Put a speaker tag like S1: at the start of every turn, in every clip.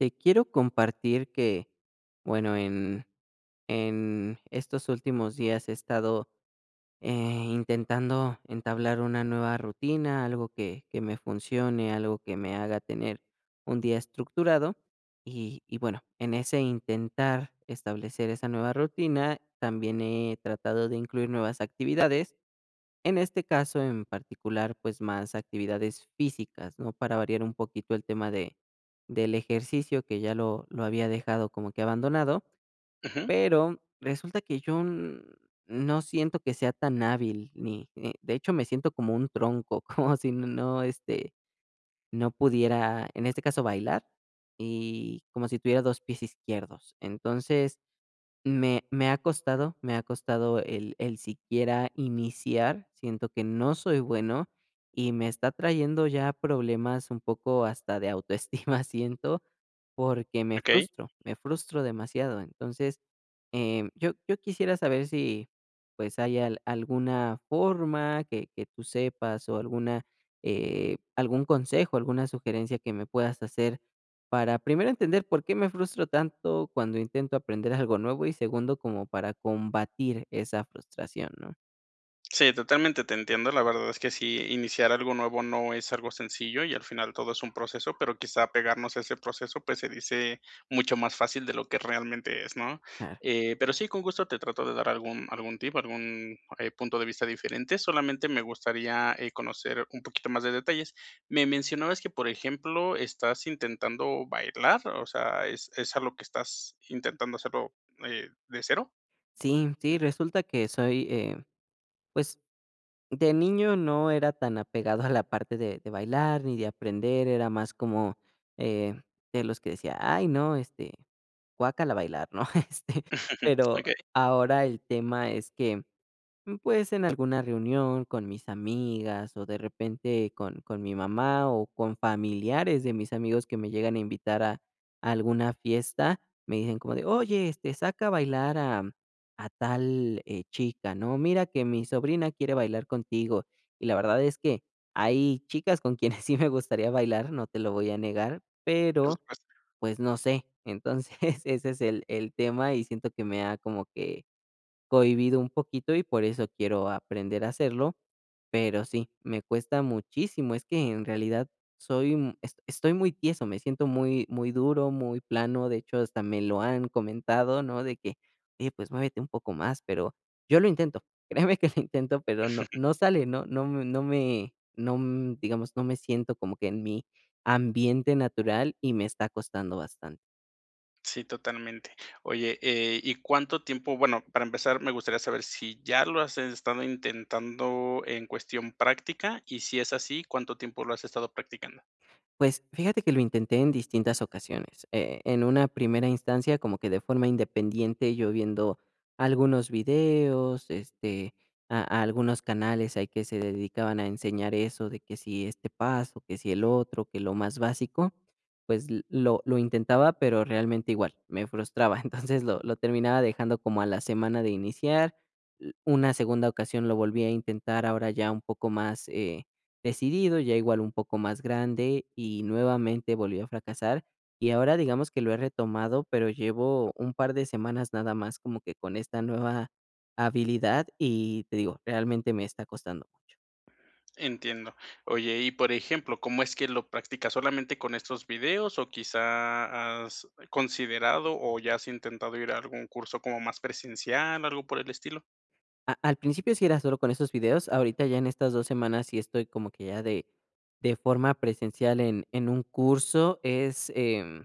S1: Te quiero compartir que, bueno, en estos últimos días he estado eh, intentando entablar una nueva rutina, algo que me funcione, algo que me haga tener un día estructurado. Y bueno, en ese intentar establecer esa nueva rutina, también he tratado de incluir nuevas actividades en este caso en particular, pues, más actividades físicas, ¿no? Para variar un poquito el tema de del ejercicio, que ya lo había dejado como que abandonado,
S2: Ujú,
S1: pero resulta que yo no siento que sea tan hábil, ni de hecho, me siento como un tronco, como si no pudiera, en este caso, bailar, y como si tuviera 2 pies izquierdos. Entonces me ha costado, me ha costado el siquiera iniciar, siento que no soy bueno y me está trayendo ya problemas un poco hasta de autoestima, siento, porque
S2: okey.
S1: me frustro demasiado. Entonces, yo quisiera saber si, pues, hay al alguna forma que tú sepas o alguna, algún consejo, alguna sugerencia que me puedas hacer para primero entender por qué me frustro tanto cuando intento aprender algo nuevo y segundo como para combatir esa frustración, ¿no?
S2: Sí, totalmente te entiendo. La verdad es que sí, iniciar algo nuevo no es algo sencillo y al final todo es un proceso, pero quizá apegarnos a ese proceso, pues, se dice mucho más fácil de lo que realmente es, ¿no?
S1: Claro.
S2: Pero sí, con gusto te trato de dar algún tip, algún, punto de vista diferente. Solamente me gustaría, conocer un poquito más de detalles. Me mencionabas que, por ejemplo, estás intentando bailar, o sea, ¿es algo que estás intentando hacerlo, de cero?
S1: Sí, sí, resulta que soy, pues de niño no era tan apegado a la parte de bailar ni de aprender, era más como eh, de los que decía, ay, no, guácala bailar, ¿no? Este, pero
S2: Okey,
S1: ahora el tema es que, pues, en alguna reunión con mis amigas, o de repente con mi mamá, o con familiares de mis amigos que me llegan a invitar a alguna fiesta, me dicen como de: "Oye, saca a bailar a tal, chica", ¿no? "Mira que mi sobrina quiere bailar contigo". Y la verdad es que hay chicas con quienes sí me gustaría bailar, no te lo voy a negar,
S2: por
S1: pero,
S2: supuesto.
S1: pues, no sé. Entonces, ese es el tema, y siento que me ha como que cohibido un poquito y por eso quiero aprender a hacerlo, pero sí, me cuesta muchísimo. Es que en realidad soy, estoy muy tieso, me siento muy, muy duro, muy plano. De hecho, hasta me lo han comentado, ¿no? De que, oye, pues muévete un poco más, pero yo lo intento. Créeme que lo intento, pero no sale, no, no, me- no me, no, m- digamos, no me siento como que en mi ambiente natural y me está costando bastante.
S2: Sí, totalmente. Oye, ¿y cuánto tiempo? Bueno, para empezar, me gustaría saber si ya lo has estado intentando en cuestión práctica y si es así, ¿cuánto tiempo lo has estado practicando?
S1: Pues, fíjate que lo intenté en distintas ocasiones. En una primera instancia, como que de forma independiente, yo viendo algunos videos, este, a algunos canales ahí que se dedicaban a enseñar eso de que si este paso, que si el otro, que lo más básico, pues l lo intentaba, pero realmente igual, me frustraba. Entonces, lo terminaba dejando como a la semana de iniciar. L una segunda ocasión lo volví a intentar, ahora ya un poco más, decidido, ya igual un poco más grande y nuevamente volvió a fracasar. Y ahora digamos que lo he retomado, pero llevo un par de semanas nada más como que con esta nueva habilidad y te digo, realmente me está costando mucho.
S2: Entiendo. Oye, y por ejemplo, ¿cómo es que lo practicas? ¿Solamente con estos videos o quizá has considerado o ya has intentado ir a algún curso como más presencial, algo por el estilo?
S1: Al principio sí era solo con esos videos, ahorita ya en estas 2 semanas sí estoy como que ya de, forma presencial en un curso. Es, em,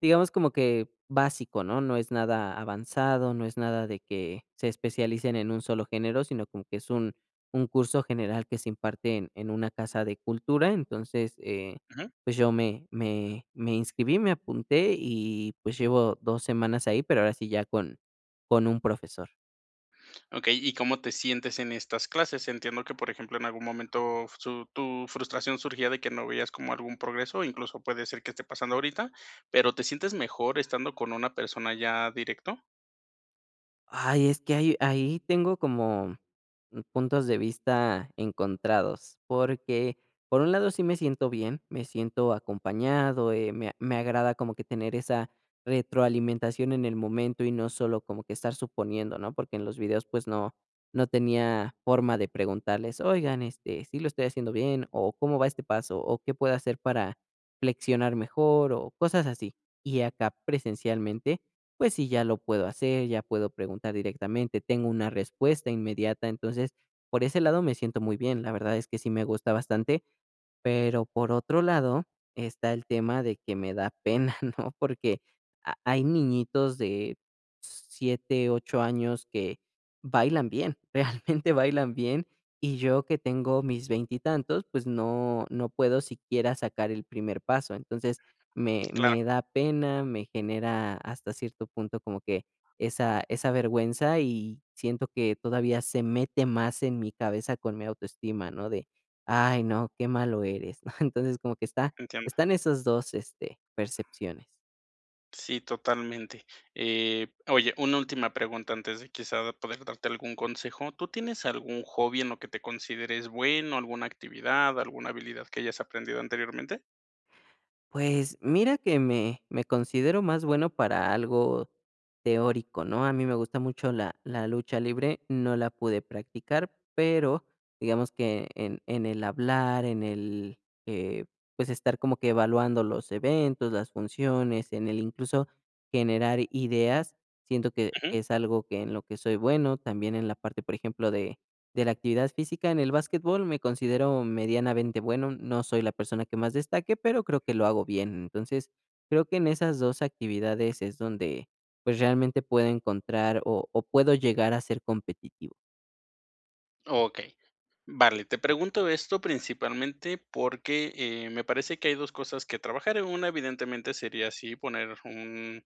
S1: Digamos como que básico, ¿no? No es nada avanzado, no es nada de que se especialicen en un solo género, sino como que es un curso general que se imparte en, una casa de cultura. Entonces, pues yo me inscribí, me apunté y pues llevo 2 semanas ahí, pero ahora sí ya con un profesor.
S2: Okey, ¿y cómo te sientes en estas clases? Entiendo que, por ejemplo, en algún momento su tu frustración surgía de que no veías como algún progreso, incluso puede ser que esté pasando ahorita, pero ¿te sientes mejor estando con una persona ya directo?
S1: Ay, es que ahí tengo como puntos de vista encontrados, porque por un lado sí me siento bien, me siento acompañado, me agrada como que tener esa retroalimentación en el momento y no solo como que estar suponiendo, ¿no? Porque en los videos, pues, no tenía forma de preguntarles: "Oigan, este, ¿sí lo estoy haciendo bien?", o "¿Cómo va este paso?", o "¿Qué puedo hacer para flexionar mejor?", o cosas así. Y acá presencialmente pues sí, ya lo puedo hacer, ya puedo preguntar directamente, tengo una respuesta inmediata, entonces por ese lado me siento muy bien, la verdad es que sí me gusta bastante pero por otro lado, está el tema de que me da pena, ¿no? Porque ha hay niñitos de 7 u 8 años que bailan bien, realmente bailan bien, y yo que tengo mis veintitantos, pues no puedo siquiera sacar el primer paso. Entonces, me
S2: Claro,
S1: me da pena, me genera hasta cierto punto como que esa vergüenza, y siento que todavía se mete más en mi cabeza con mi autoestima, ¿no? De ay, no, qué malo eres, ¿no? Entonces, como que
S2: entiendo.
S1: están esas 2, percepciones.
S2: Sí, totalmente. Oye, una última pregunta antes de quizá poder darte algún consejo. ¿Tú tienes algún hobby en lo que te consideres bueno, alguna actividad, alguna habilidad que hayas aprendido anteriormente?
S1: Pues, mira que me considero más bueno para algo teórico, ¿no? A mí me gusta mucho la lucha libre, no la pude practicar, pero digamos que en el hablar, en el, eh, pues, estar como que evaluando los eventos, las funciones, en el incluso generar ideas, siento que es algo que en lo que soy bueno, también en la parte, por ejemplo, de la actividad física, en el básquetbol me considero medianamente bueno, no soy la persona que más destaque, pero creo que lo hago bien. Entonces, creo que en esas 2 actividades es donde, pues, realmente puedo encontrar o puedo llegar a ser competitivo.
S2: Okey. Vale, te pregunto esto principalmente porque, me parece que hay 2 cosas que trabajar. Una, evidentemente, sería así, poner un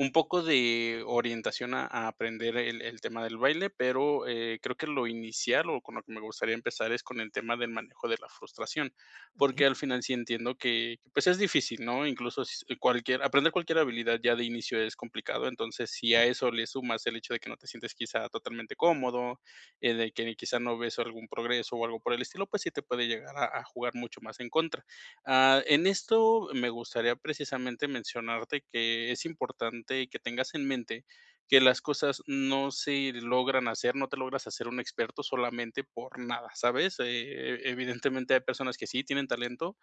S2: un poco de orientación a aprender el tema del baile, pero creo que lo inicial o con lo que me gustaría empezar es con el tema del manejo de la frustración,
S1: Okey,
S2: porque al final sí entiendo que pues es difícil, ¿no? Incluso cualquier, aprender cualquier habilidad ya de inicio es complicado, entonces si a eso le sumas el hecho de que no te sientes quizá totalmente cómodo, de que quizá no ves algún progreso o algo por el estilo, pues sí te puede llegar a jugar mucho más en contra. Ah, en esto me gustaría precisamente mencionarte que es importante que tengas en mente que las cosas no se logran hacer, no te logras hacer un experto solamente por nada, ¿sabes? Evidentemente hay personas que sí tienen talento,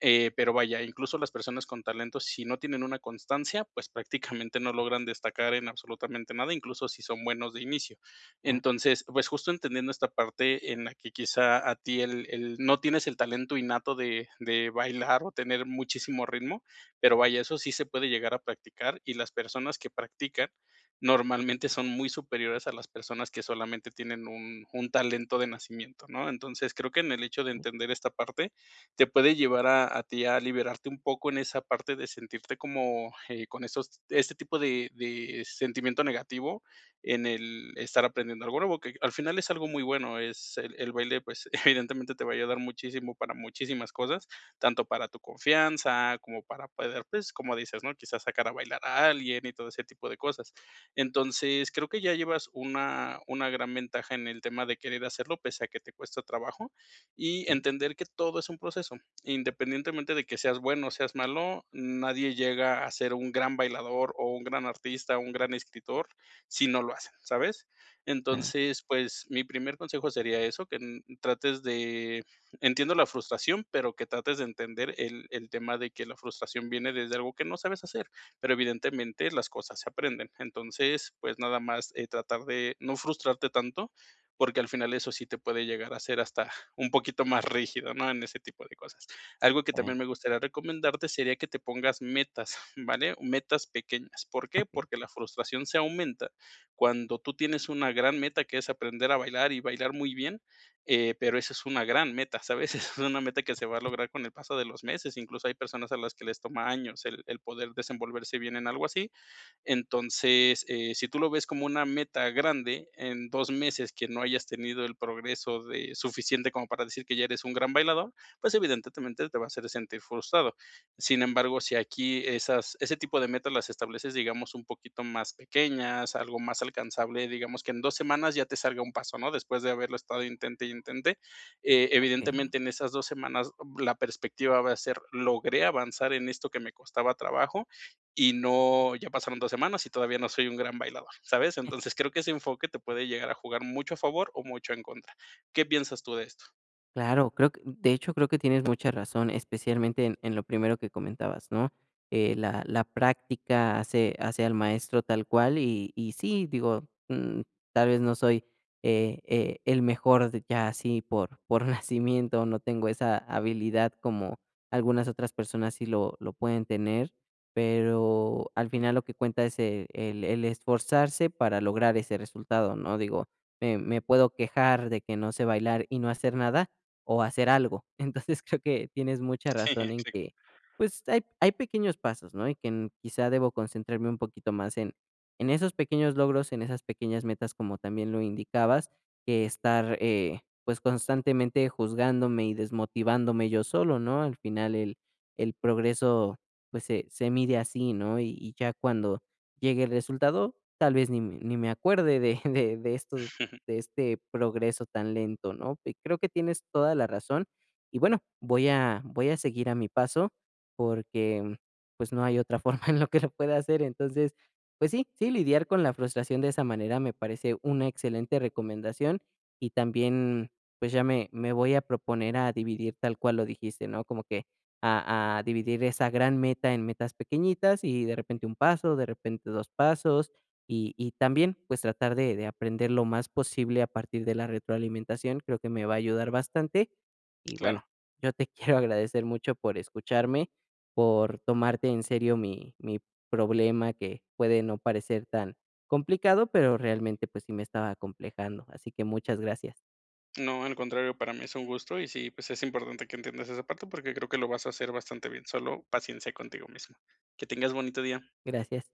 S2: pero vaya, incluso las personas con talento, si no tienen una constancia, pues prácticamente no logran destacar en absolutamente nada, incluso si son buenos de inicio.
S1: claro,
S2: Entonces, pues justo entendiendo esta parte en la que quizá a ti no tienes el talento innato de bailar o tener muchísimo ritmo, pero vaya, eso sí se puede llegar a practicar y las personas que practican normalmente son muy superiores a las personas que solamente tienen un talento de nacimiento, ¿no? Entonces, creo que en el hecho de entender esta parte, te puede llevar a ti a liberarte un poco en esa parte de sentirte como con estos, este tipo de sentimiento negativo en el estar aprendiendo algo nuevo, que al final es algo muy bueno, es el baile, pues evidentemente te va a ayudar muchísimo para muchísimas cosas, tanto para tu confianza como para poder, pues como dices, ¿no? Quizás sacar a bailar a alguien y todo ese tipo de cosas. Entonces, creo que ya llevas una gran ventaja en el tema de querer hacerlo, pese a que te cuesta trabajo y
S1: okey,
S2: entender que todo es un proceso. Independientemente de que seas bueno o seas malo, nadie llega a ser un gran bailador o un gran artista o un gran escritor si no lo hacen, ¿sabes?
S1: claro,
S2: Entonces, pues mi primer consejo sería eso, que trates de, entiendo la frustración, pero que trates de entender el tema de que la frustración viene desde algo que no sabes hacer, pero evidentemente las cosas se aprenden. Entonces, pues nada más tratar de no frustrarte tanto porque al final eso sí te puede llegar a ser hasta un poquito más rígido, ¿no? En ese tipo de cosas. Algo que
S1: claro,
S2: también me gustaría recomendarte sería que te pongas metas, ¿vale? Metas pequeñas. ¿Por qué?
S1: okey,
S2: Porque la frustración se aumenta cuando tú tienes una gran meta que es aprender a bailar y bailar muy bien, pero esa es una gran meta, ¿sabes? Esa es una meta que se va a lograr con el paso de los meses. Incluso hay personas a las que les toma años el poder desenvolverse bien en algo así. Entonces, si tú lo ves como una meta grande, en 2 meses que no hayas tenido el progreso de, suficiente como para decir que ya eres un gran bailador, pues evidentemente te va a hacer sentir frustrado. Sin embargo, si aquí esas, ese tipo de metas las estableces, digamos, un poquito más pequeñas, algo más alcanzable, digamos que en 2 semanas ya te salga un paso, ¿no? Después de haberlo estado intente y intente,
S1: okey.
S2: evidentemente en esas 2 semanas la perspectiva va a ser, logré avanzar en esto que me costaba trabajo y no, ya pasaron 2 semanas y todavía no soy un gran bailador, ¿sabes? Entonces creo que ese enfoque te puede llegar a jugar mucho a favor o mucho en contra. ¿Qué piensas tú de esto?
S1: Claro, creo que de hecho, creo que tienes mucha razón, especialmente en lo primero que comentabas, ¿no? La práctica hace al maestro tal cual, y sí, digo, tal vez no soy, el mejor de ya así por nacimiento, no tengo esa habilidad como algunas otras personas sí lo pueden tener, pero al final lo que cuenta es el esforzarse para lograr ese resultado, ¿no? Digo, me puedo quejar de que no sé bailar y no hacer nada, o hacer algo. Entonces, creo que tienes mucha razón en
S2: Exacto.
S1: que, pues, hay pequeños pasos, ¿no? Y que en quizá debo concentrarme un poquito más en esos pequeños logros, en esas pequeñas metas, como también lo indicabas, que estar, pues, constantemente juzgándome y desmotivándome yo solo, ¿no? Al final el progreso, pues, se mide así, ¿no? Y ya cuando llegue el resultado, tal vez ni me acuerde de de estos de este progreso tan lento, ¿no? Y creo que tienes toda la razón. Y bueno, voy a seguir a mi paso porque pues no hay otra forma en lo que lo pueda hacer. Entonces, pues sí, sí, lidiar con la frustración de esa manera me parece una excelente recomendación y también pues ya me voy a proponer a dividir tal cual lo dijiste, ¿no? Como que a dividir esa gran meta en metas pequeñitas y de repente un paso, de repente dos pasos, y también, pues, tratar de aprender lo más posible a partir de la retroalimentación, creo que me va a ayudar bastante. Y bueno,
S2: Claro.
S1: yo te quiero agradecer mucho por escucharme, por tomarte en serio mi problema que puede no parecer tan complicado, pero realmente, pues, sí me estaba complejando. Así que muchas gracias.
S2: No, al contrario, para mí es un gusto y sí, pues es importante que entiendas esa parte porque creo que lo vas a hacer bastante bien. Solo paciencia contigo mismo. Que tengas bonito día.
S1: Gracias.